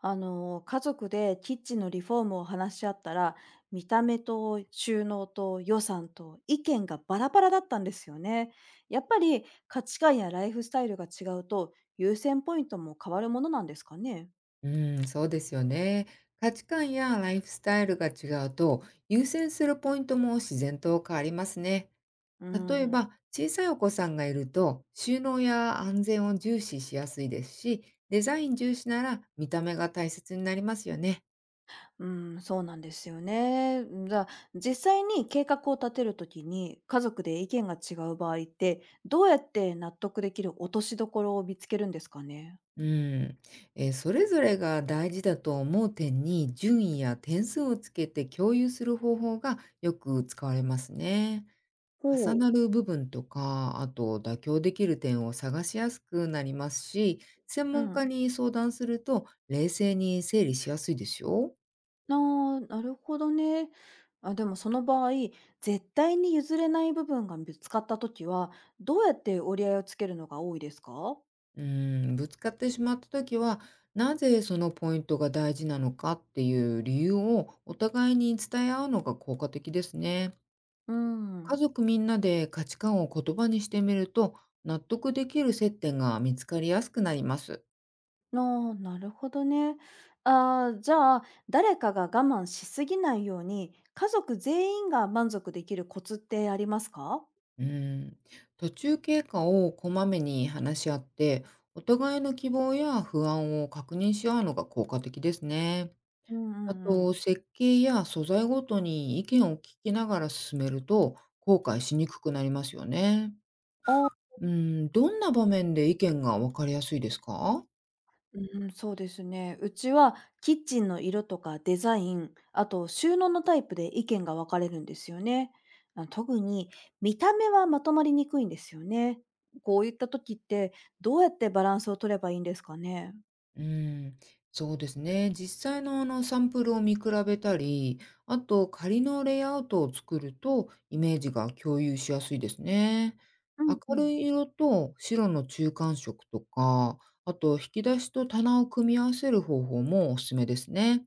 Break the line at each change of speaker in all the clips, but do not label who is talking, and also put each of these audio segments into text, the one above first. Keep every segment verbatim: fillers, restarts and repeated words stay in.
あの、家族でキッチンのリフォームを話し合ったら、見た目と収納と予算と意見がバラバラだったんですよね。やっぱり価値観やライフスタイルが違うと優先ポイントも変わるものなんですかね。
うん、そうですよね。価値観やライフスタイルが違うと、優先するポイントも自然と変わりますね。
う
例え
ん、
ば、小さいお子さんがいると、収納や安全を重視しやすいですし、デザイン重視なら見た目が大切になりますよね。
うん、そうなんですよね。じゃあ、実際に計画を立てるときに家族で意見が違う場合って、どうやって納得できる落としどころを見つけるんですかね。
うん、えーそれぞれが大事だと思う点に順位や点数をつけて共有する方法がよく使われますね。重
ほう。
なる部分とか、あと妥協できる点を探しやすくなりますし、専
う
門家
ん。
に相談すると冷静に整理しやすいですよ。
ああ、なるほどね。あ、でもその場合、絶対に譲れない部分がぶつかった時は、どうやって折り合いをつけるのが多いですか？
うん、ぶつかってしまった時は、なぜそのポイントが大事なのかっていう理由をお互いに伝え合うのが効果的ですね。
う
家
ん。
族みんなで価値観を言葉にしてみると、納得できる接点が見つかりやすくなります。
ああ、なるほどね。ああ、じゃあ、誰かが我慢しすぎないように、家族全員が満足できるコツってありますか？
うーん、途中経過をこまめに話し合って、お互いの希望や不安を確認し合うのが効果的ですね。
うんう
あ
んう
と、
ん。
設計や素材ごとに意見を聞きながら進めると、後悔しにくくなりますよね。うーん、どんな場面で意見が分かりやすいですか。
うん、そうですね。うちはキッチンの色とかデザイン、あと収納のタイプで意見が分かれるんですよね。あ、特に見た目はまとまりにくいんですよね。こういった時ってどうやってバランスを取ればいいんですかね。
うーん、そうですね。実際のあのサンプルを見比べたり、あと仮のレイアウトを作るとイメージが共有しやすいですね。
うんう
明る
ん。
い色と白の中間色とか、あと引き出しと棚を組み合わせる方法もおすすめですね。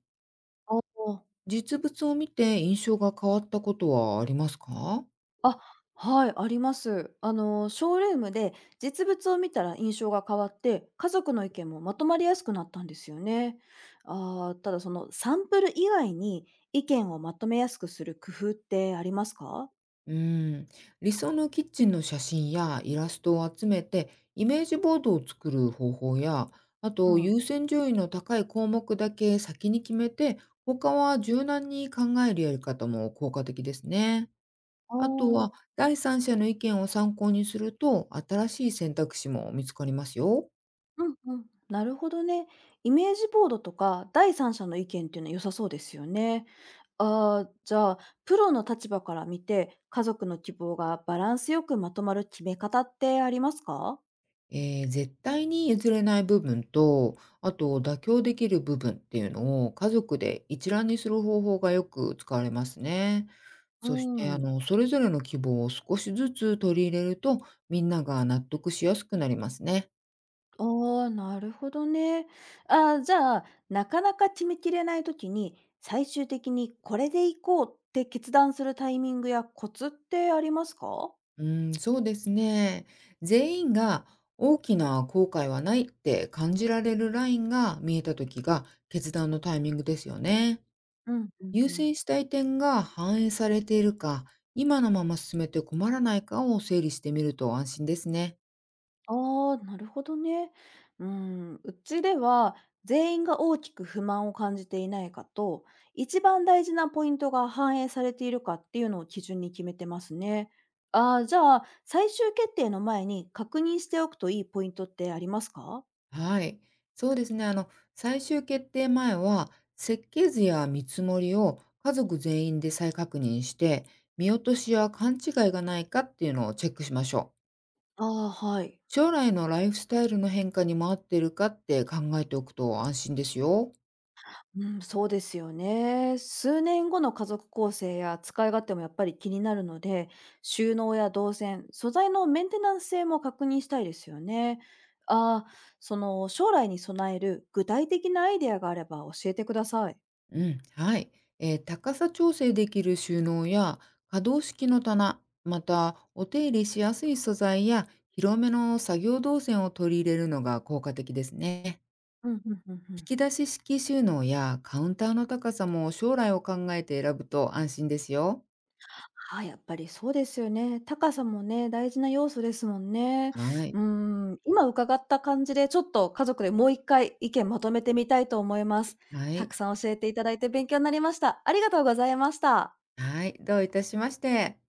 ああ。
実物を見て印象が変わったことはありますか。
あ、はい、あります。あの、ショールームで実物を見たら印象が変わって、家族の意見もまとまりやすくなったんですよね。あー、ただそのサンプル以外に意見をまとめやすくする工夫ってありますか？
うーん、理想のキッチンの写真やイラストを集めて、イメージボードを作る方法や、あ
う
と
ん。
優先順位の高い項目だけ先に決めて、他は柔軟に考えるやり方も効果的ですね。
あ
あとは、
あ、
第三者の意見を参考にすると、新しい選択肢も見つかりますよ。
うんうん。なるほどね。イメージボードとか第三者の意見っていうのは良さそうですよね。ああ、じゃあ、プロの立場から見て、家族の希望がバランスよくまとまる決め方ってありますか？
えー絶対に譲れない部分と、あと妥協できる部分っていうのを家族で一覧にする方法がよく使われますね。
う
そしてあ
ん。
の、それぞれの希望を少しずつ取り入れると、みんなが納得しやすくなりますね。
ああ、なるほどね。あー、じゃあ、なかなか決めきれないときに、最終的にこれで行こうって決断するタイミングやコツってありますか？
うん、そうですね。全員が大きな後悔はないって感じられるラインが見えた時が決断のタイミングですよね。
うんうん
優
うん。
先したい点が反映されているか、今のまま進めて困らないかを整理してみると安心ですね。
ああ、なるほどね。うん、うちでは、全員が大きく不満を感じていないかと、一番大事なポイントが反映されているかっていうのを基準に決めてますね。ああ、じゃあ、最終決定の前に確認しておくといいポイントってありますか？
はい。そうですね。あの、最終決定前は、設計図や見積もりを家族全員で再確認して、見落としや勘違いがないかっていうのをチェックしましょう。
ああ、はい。
将来のライフスタイルの変化にも合ってるかって考えておくと安心ですよ。
うん、そうですよね。数年後の家族構成や使い勝手もやっぱり気になるので、収納や動線、素材のメンテナンス性も確認したいですよね。ああ、その将来に備える具体的なアイデアがあれば教えてください。
うん、はい、えー高さ調整できる収納や可動式の棚、またお手入れしやすい素材や広めの作業動線を取り入れるのが効果的ですね。
うん、うん、うん、う
引
ん。
き出し式収納やカウンターの高さも将来を考えて選ぶと安心ですよ。
はい、やっぱりそうですよね。高さもね、大事な要素ですもんね。
は
う
い、
ーん、今伺った感じで、ちょっと家族でもう一回意見まとめてみたいと思います。
は
たく
い、
さん教えていただいて勉強になりました。ありがとうございました。
はい、どういたしまして。